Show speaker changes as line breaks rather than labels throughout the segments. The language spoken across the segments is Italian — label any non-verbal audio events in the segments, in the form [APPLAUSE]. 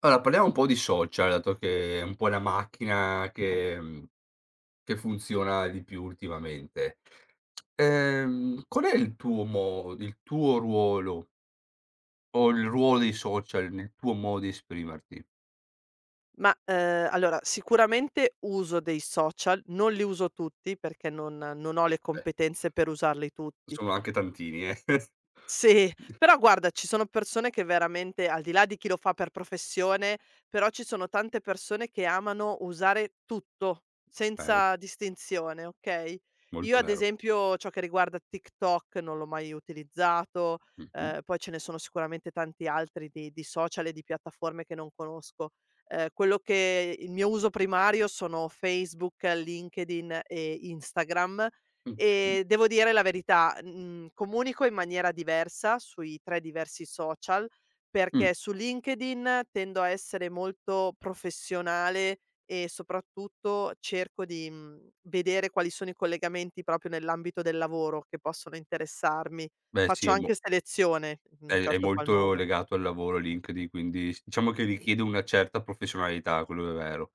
Allora, parliamo un po' di social, dato che è un po' la macchina che che funziona di più ultimamente. Qual è il tuo mo il tuo ruolo o il ruolo dei social nel tuo modo di esprimerti?
Ma, allora sicuramente uso dei social, non li uso tutti perché non ho le
Beh,
competenze per usarli tutti,
sono anche tantini, eh. [LAUGHS]
sì, però guarda, ci sono persone che veramente, al di là di chi lo fa per professione, però ci sono tante persone che amano usare tutto,
Eh,
senza distinzione, okay?
molto
Io ad
vero.
esempio ciò che riguarda TikTok non l'ho mai utilizzato,
Mh-mh.
poi ce ne sono sicuramente tanti altri di social e di piattaforme che non conosco. Quello che il mio uso primario sono Facebook, LinkedIn e Instagram.
Okay.
Devo dire la verità, comunico in maniera diversa sui 3 diversi social,
Mh.
perché su LinkedIn tendo a essere molto professionale e soprattutto cerco di, vedere quali sono i collegamenti proprio nell'ambito del lavoro che possono interessarmi.
Beh sì,
Faccio anche selezione, in
è
un
è
certo qual
molto
modo.
legato al lavoro LinkedIn, quindi s diciamo che richiede una certa professionalità, quello è vero.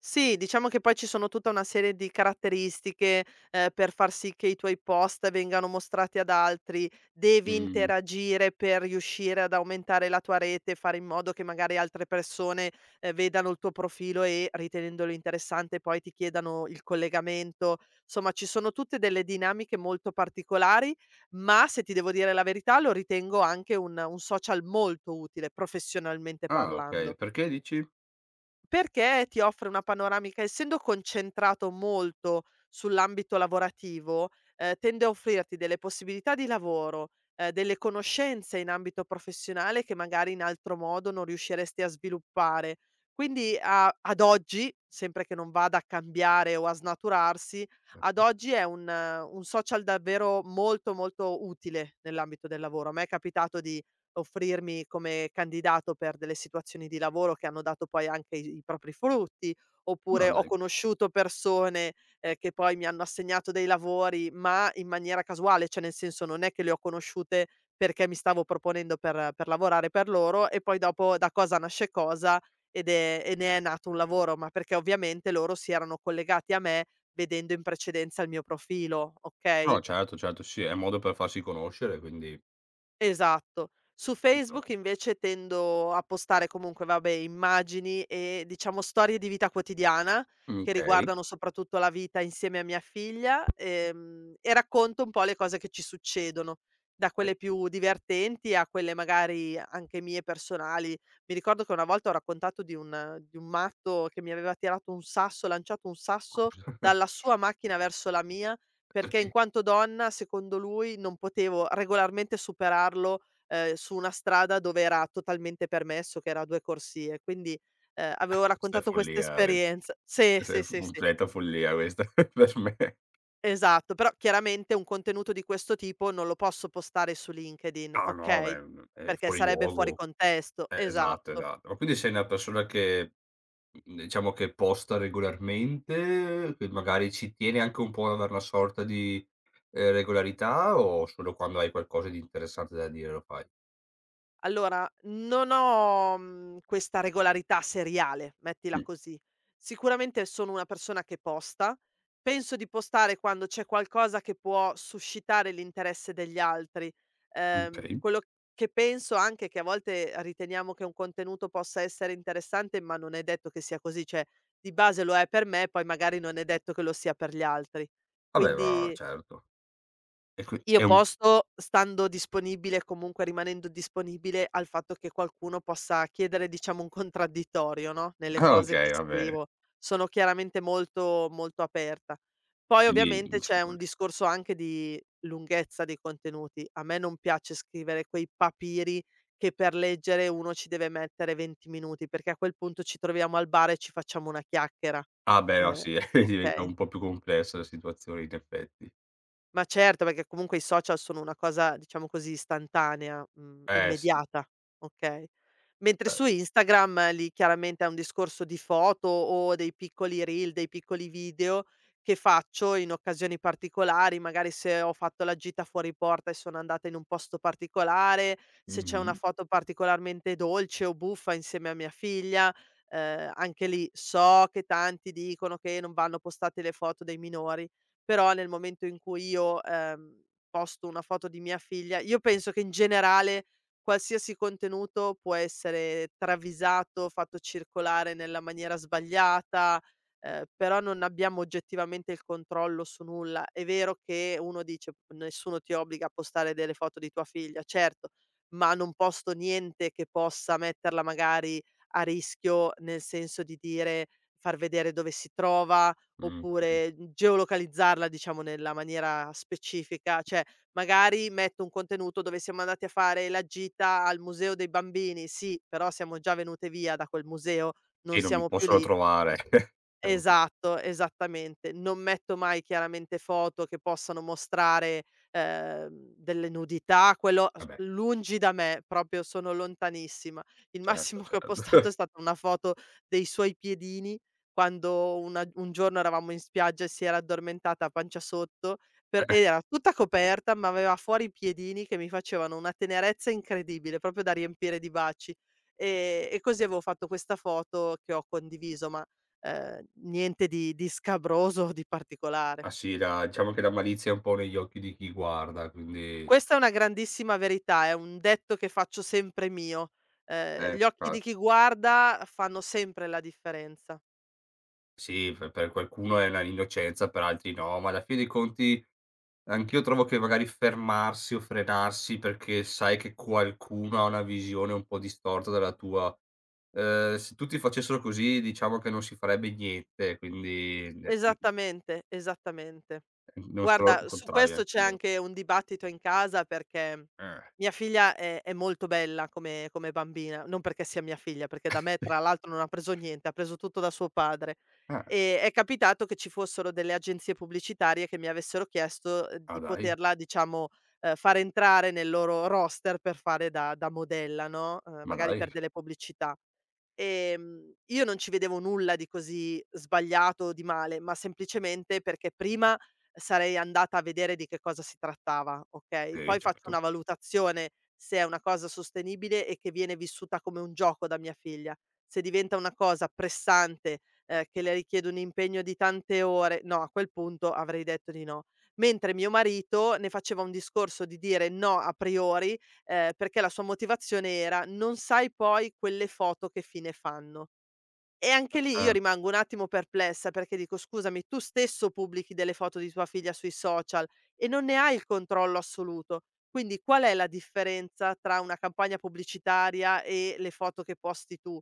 Sì, diciamo che poi ci sono tutta una serie di caratteristiche, per far sì che i tuoi post vengano mostrati ad altri, devi
Mh.
interagire per riuscire ad aumentare la tua rete, fare in modo che magari altre persone, vedano il tuo profilo e ritenendolo interessante poi ti chiedano il collegamento. Somma ci sono tutte delle dinamiche molto particolari, ma se ti devo dire la verità lo ritengo anche un social molto utile, professionalmente
Ah, okay.
parlando.
Perché dici?
Perché ti offre una panoramica essendo concentrato molto sull'ambito lavorativo, tende a offrirti delle possibilità di lavoro, delle conoscenze in ambito professionale che magari in altro modo non riusciresti a sviluppare. Quindi a ad oggi, sempre che non vada a cambiare o a snaturarsi, ad oggi è un social davvero molto, molto utile nell'ambito del lavoro. A me è capitato di offrirmi come candidato per delle situazioni di lavoro che hanno dato poi anche i propri frutti,
No
oppure ho
dai.
conosciuto persone, che poi mi hanno assegnato dei lavori, ma in maniera casuale, cioè nel senso non è che le ho conosciute perché mi stavo proponendo per lavorare per loro e poi dopo da cosa nasce cosa ed è e ne è nato un lavoro, ma perché ovviamente loro si erano collegati a me vedendo in precedenza il mio profilo, okay?
No certo, certo, sì, è un modo per farsi conoscere quindi
Esatto. Su Facebook
[UNINTELLIGIBLE]
invece tendo a postare comunque, vabbè, immagini e diciamo storie di vita quotidiana che
okay.
riguardano soprattutto la vita insieme a mia figlia, e racconto un po' le cose che ci succedono, da
E
quelle più divertenti a quelle magari anche mie personali. Mi ricordo che una volta ho raccontato di un matto che mi aveva tirato un sasso lanciato un sasso dalla
[LAUGHS]
sua macchina verso la mia perché in
perché?
quanto donna, secondo lui, non potevo regolarmente superarlo, su una strada dove era totalmente permesso, che era a 2 corsie. Quindi, avevo
Questa è
raccontato questa
follia ques
esperienza sì,
questa è
sì,
f
sì, sì,
completa follia questa [LAUGHS] per me.
esatto. Però chiaramente un contenuto di questo tipo non lo posso postare su LinkedIn,
No, no,
okay,
beh, è
perché
fuori
sarebbe fuori
luogo.
contesto
Esatto,
esatto.
esatto. Ma quindi sei una persona che, diciamo che posta regolarmente, che magari ci tiene anche un po' ad avere una sorta di, regolarità, o solo quando hai qualcosa di interessante da dire lo fai?
Allora, non ho, questa regolarità seriale, mettila
Mh,
così. Sicuramente sono una persona che posta, penso di postare quando c'è qualcosa che può suscitare l'interesse degli altri. Ehm,
okay.
quello che penso anche è che a volte riteniamo che un contenuto possa essere interessante, ma non è detto che sia così, cioè di base lo è per me, poi magari non è detto che lo sia per gli altri.
Vabbè, ma
Quindi
certo. E qui
io
è un [LAUGHS]
posto stando disponibile, comunque rimanendo disponibile al fatto che qualcuno possa chiedere, diciamo, un contraddittorio, no, nelle
ah
cose che
okay, vabbè,
scrivo. Sono chiaramente molto, molto aperta. Poi
quindi
ovviamente c'è un
[UNINTELLIGIBLE]
discorso anche di lunghezza dei contenuti. A me non piace scrivere quei papiri che per leggere uno ci deve mettere 20 minuti, perché a quel punto ci troviamo al bar e ci facciamo una chiacchiera.
ah beh, no
Ehm,
sì, [LAUGHS] diventa
okay.
un po' più complessa la situazione in effetti.
Ma certo, perché comunque i social sono una cosa, diciamo così, istantanea,
Eh sì,
immediata, okay. Mentre
eh.
su Instagram lì chiaramente è un discorso di foto o dei piccoli reel, dei piccoli video che faccio in occasioni particolari, magari se ho fatto la gita fuori porta e sono andata in un posto particolare, se c'è una
Mh-mh.
foto particolarmente dolce o buffa insieme a mia figlia, anche lì so che tanti dicono che non vanno postate le foto dei minori però nel momento in cui io, posto una foto di mia figlia io penso che in generale qualsiasi contenuto può essere travisato, fatto circolare nella maniera sbagliata, però non abbiamo oggettivamente il controllo su nulla. È vero che uno dice: "Nessuno ti obbliga a postare delle foto di tua figlia", certo, ma non posto niente che possa metterla magari a rischio, nel senso di dire far vedere dove si trova.
Mh, mh.
Oppure, geolocalizzarla, diciamo, nella maniera specifica, cioè magari metto un contenuto dove siamo andati a fare la gita al museo dei bambini, sì, però siamo già venute via da quel museo, non
Sì, non mi
siamo più
possono
lì.
trovare. [LAUGHS]
Esatto, esattamente. Non metto mai chiaramente foto che possano mostrare, delle nudità, quello s
Vabbè,
lungi da me, proprio sono lontanissima. Il
certo,
massimo [LAUGHS] che ho
certo.
postato è stata una foto dei suoi piedini quando una un giorno eravamo in spiaggia e si era addormentata a pancia sotto per ed
[LAUGHS]
era tutta coperta, ma aveva fuori i piedini che mi facevano una tenerezza incredibile, proprio da riempire di baci. E così avevo fatto questa foto che ho condiviso, ma niente di scabroso o di particolare.
Ah sì, la diciamo che la malizia è un po' negli occhi di chi guarda, quindi
Questa è una grandissima verità, è un detto che faccio sempre mio. Ehm, gli occhi di chi
infatti.
guarda fanno sempre la differenza.
Sì, per qualcuno è la innocenza, per altri no, ma alla fine dei conti anch'io trovo che magari fermarsi o frenarsi perché sai che qualcuno ha una visione un po' distorta dalla tua, se tutti facessero così diciamo che non si farebbe niente, quindi ne
Esattamente, esattamente.
non sono il
Guarda, su
contrario
questo c'è
anch'io.
anche un dibattito in casa perché
Eh.
mia figlia è molto bella come bambina, non perché sia mia figlia, perché da me tra
[LAUGHS]
l'altro non ha preso niente, ha preso tutto da suo padre.
Ah.
È capitato che ci fossero delle agenzie pubblicitarie che mi avessero chiesto,
Ah
di
dai,
poterla diciamo, far entrare nel loro roster per fare da modella, no,
ma
magari
dai,
per delle pubblicità. Io non ci vedevo nulla di così sbagliato o di male, ma semplicemente perché prima sarei andata a vedere di che cosa si trattava, okay,
sì
poi faccio
certo.
una valutazione se è una cosa sostenibile e che viene vissuta come un gioco da mia figlia. Se diventa una cosa pressante, che le richiede un impegno di tante ore, no, a quel punto avrei detto di no. Mentre mio marito ne faceva un discorso di dire no a priori, perché la sua motivazione era: "Non sai poi quelle foto che fine fanno". E anche lì io
Eh,
rimango un attimo perplessa perché dico: "Scusami, tu stesso pubblichi delle foto di tua figlia sui social e non ne hai il controllo assoluto. Quindi qual è la differenza tra una campagna pubblicitaria e le foto che posti tu?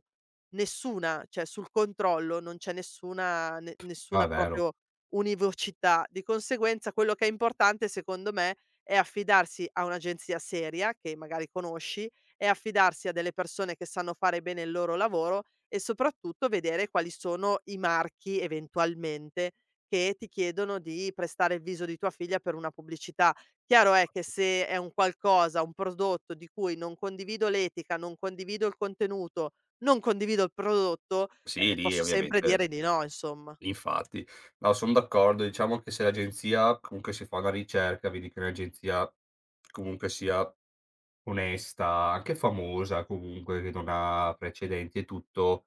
Nessuna, cioè sul controllo non c'è nessuna ne
no è
nessuna
vero.
proprio univocità. Di conseguenza quello che è importante secondo me è affidarsi a un'agenzia seria, che magari conosci, e affidarsi a delle persone che sanno fare bene il loro lavoro e soprattutto vedere quali sono i marchi eventualmente che ti chiedono di prestare il viso di tua figlia per una pubblicità. Chiaro è che se è un qualcosa, un prodotto di cui non condivido l'etica, non condivido il contenuto, non condivido il prodotto,
Sì lì
posso sempre
ovviamente,
dire di no, insomma.
infatti. No, son d'accordo, diciamo che se l'agenzia comunque si fa una ricerca, vedi che l'agenzia comunque sia onesta, anche famosa comunque, che non ha precedenti e tutto,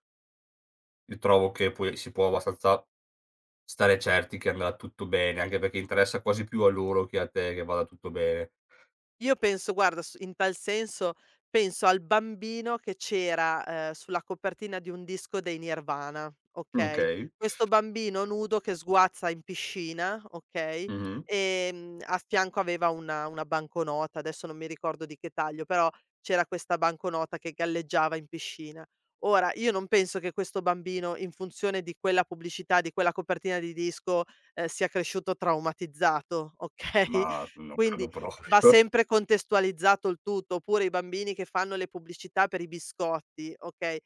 io trovo che poi si può abbastanza stare certi che andrà tutto bene, anche perché interessa quasi più a loro che a te che vada tutto bene.
Io penso guarda, s in tal senso, penso al bambino che c'era, sulla copertina di un disco dei Nirvana, okay,
Okay.
questo bambino nudo che sguazza in piscina, okay,
Mh-mh.
a fianco aveva una banconota, adesso non mi ricordo di che taglio, però c'era questa banconota che galleggiava in piscina. Ora, io non penso che questo bambino, in funzione di quella pubblicità, di quella copertina di disco, sia cresciuto traumatizzato, okay, [LAUGHS]
Ma non
quindi.
credo proprio.
Va
[LAUGHS]
sempre contestualizzato il tutto, oppure i bambini che fanno le pubblicità per i biscotti, okay.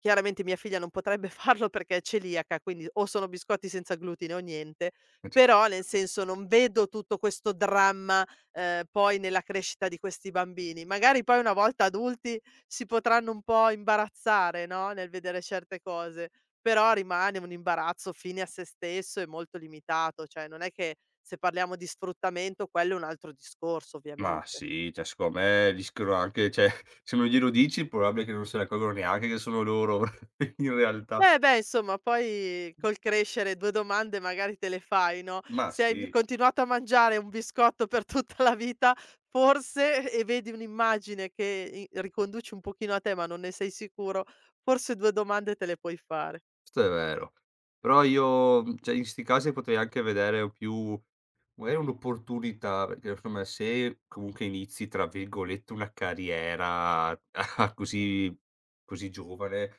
Chiaramente mia figlia non potrebbe [LAUGHS] farlo perché è celiaca, quindi o sono biscotti senza glutine o niente,
Ma cioè
però nel senso non vedo tutto questo dramma, poi nella crescita di questi bambini. Magari poi una volta adulti si potranno un po' imbarazzare, no, nel vedere certe cose, però rimane un imbarazzo fine a se stesso e molto limitato, cioè non è che se parliamo di sfruttamento quello è un altro discorso
ma
ovviamente.
sì, cioè secondo me rischiano anche, cioè se non glielo dici, è probabile che non se ne accorgono neanche che sono loro [LAUGHS] in realtà.
Beh, beh, insomma, poi col crescere 2 domande magari te le fai, no,
Ma
se hai
sì.
continuato a mangiare un biscotto per [LAUGHS] tutta la vita, forse e vedi un'immagine che i riconduci un pochino a te, ma non ne sei sicuro, forse 2 domande te le puoi fare.
Questo è vero. Però io, cioè in 'sti casi potrei anche vedere più magari un'opportunità, perché secondo me se comunque inizi, tra virgolette, "una carriera" [LAUGHS] a così giovane,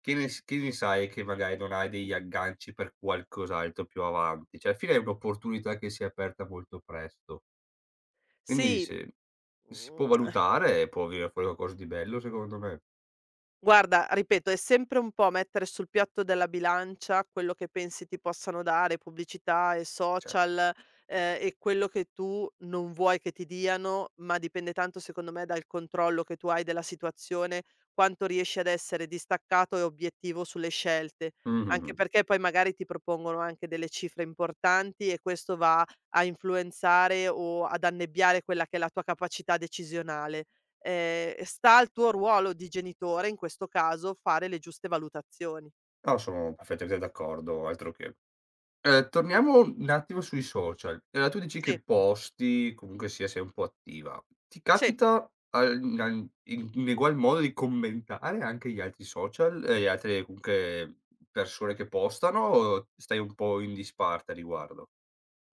che ne sai che magari non hai degli agganci per qualcos'altro più avanti? Cioè alla fine è un'opportunità che si è aperta molto presto. Quindi
Sì.
se si può
mhmm
valutare e può venire fuori qualcosa di bello secondo me,
Guarda, ripeto, è sempre un po' mettere sul piatto della bilancia quello che pensi ti possano dare pubblicità e
certo.
social, e quello che tu non vuoi che ti diano, ma dipende tanto secondo me dal controllo che tu hai della situazione, quanto riesci ad essere distaccato e obiettivo sulle scelte.
Mh-mh-mh.
Anche perché poi magari ti propongono anche delle cifre importanti e questo va a influenzare o ad annebbiare quella che è la tua capacità decisionale, sta al tuo ruolo di genitore, in questo caso, fare le giuste valutazioni.
No, sono perfettamente d'accordo, altro che. Torniamo un attimo sui social. Tu dici
Sì,
che posti, comunque sia sei un po' attiva. Ti
sì.
capita al nan in egual modo di commentare anche gli altri social e le altre comunque persone che postano, o stai un po' in disparte a riguardo?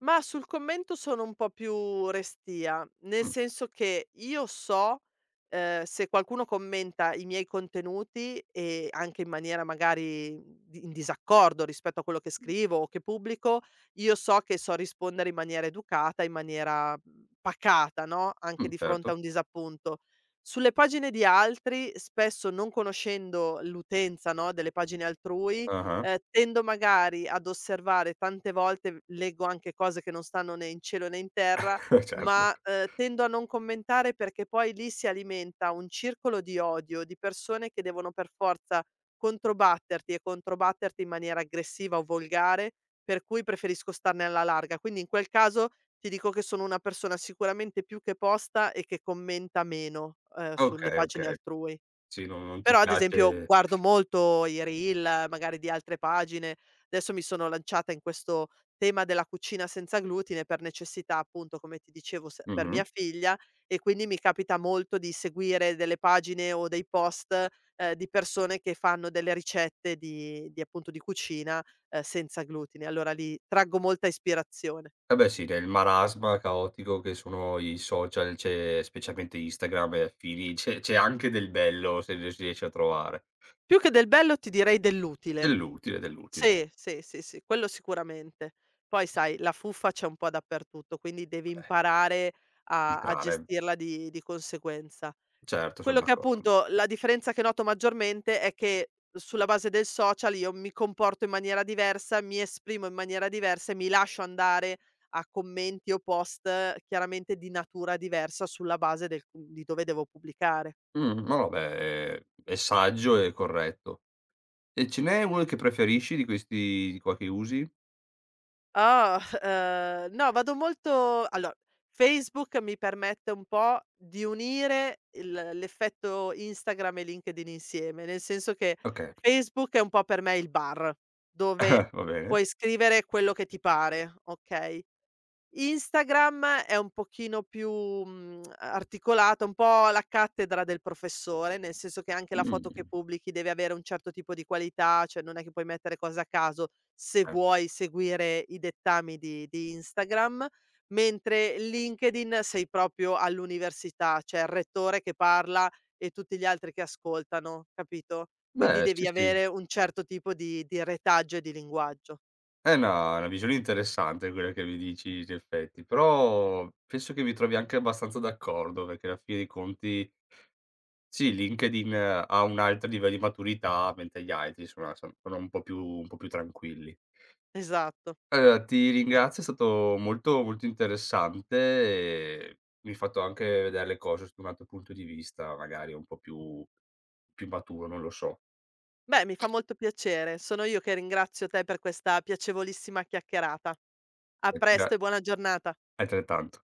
Ma sul commento sono un po' più restia, nel
Mh,
senso che io so, se qualcuno commenta i miei contenuti e anche in maniera magari di in disaccordo rispetto a quello che scrivo o che pubblico, io so che so rispondere in maniera educata, in maniera, pacata, no, anche di
certo.
fronte a un disappunto. Sulle pagine di altri, spesso non conoscendo l'utenza, no, delle pagine altrui.
Ah-ah.
Tendo magari ad osservare tante volte, leggo anche cose che non stanno né in cielo né in terra,
[LAUGHS] Certo.
ma, tendo a non commentare perché poi lì si alimenta un circolo di odio, di persone che devono per forza controbatterti e controbatterti in maniera aggressiva o volgare, per cui preferisco starne alla larga. Quindi in quel caso ti dico che sono una persona sicuramente più che posta e che commenta meno, sulle
Okay,
pagine
okay.
altrui.
Sì, non non ti
Però ad esempio
piace
guardo molto i reel, magari di altre pagine. Adesso mi sono lanciata in questo tema della cucina senza glutine per necessità, appunto, come ti dicevo, s per
mh-mh.
mia figlia e quindi mi capita molto di seguire delle pagine o dei post, di persone che fanno delle ricette di appunto, di cucina, senza glutine. Allora lì traggo molta ispirazione.
Eh beh sì, del marasma caotico che sono i social, c'è specialmente Instagram e affini, [LAUGHS] c'è anche del bello se lo si riesce a trovare.
Più che del bello ti direi dell'utile.
Dell'utile, dell'utile.
Sì, sì, sì, sì, quello sicuramente. Poi sai, la fuffa c'è un po' dappertutto, quindi devi
Vabbè,
imparare a
filtrare,
gestirla di conseguenza.
certo son
Quello che
d'accordo.
appunto la differenza che noto maggiormente è che sulla base del social io mi comporto in maniera diversa, mi esprimo in maniera diversa e mi lascio andare a commenti o post, chiaramente di natura diversa sulla base del di dove devo pubblicare.
No, beh, è saggio e corretto. E ce n'è uno che preferisci di questi qua che usi?
Ah, no, vado molto allora, Facebook mi permette un po' di unire il l'effetto Instagram e LinkedIn insieme, nel senso che
Okay,
Facebook è un po' per me il bar, dove
[LAUGHS] va bene.
puoi scrivere quello che ti pare, okay? Instagram è un pochino più, articolata, un po' la cattedra del professore, nel senso che anche la foto che
Mh,
pubblichi deve avere un certo tipo di qualità, cioè non è che puoi mettere cose a caso, se
certo.
vuoi seguire i dettami di Instagram, mentre LinkedIn sei proprio all'università, c'è il rettore che parla e tutti gli altri che ascoltano, capito? Quindi
Beh, sì,
devi
sì.
avere un certo tipo di retaggio e di linguaggio.
Eh no, è una visione interessante quella che mi dici in effetti, però penso che mi trovi anche abbastanza d'accordo, perché alla fine dei conti sì, LinkedIn ha un altro livello di maturità, mentre gli altri sono un po' più tranquilli.
Esatto.
Allora ti ringrazio, è stato molto, molto interessante e mi hai fatto anche vedere le cose sotto un altro punto di vista, magari un po' più più maturo, non lo so.
Beh, mi fa molto piacere. Sono io che ringrazio te per questa piacevolissima chiacchierata. A
Gra
presto e buona giornata.
Altrettanto.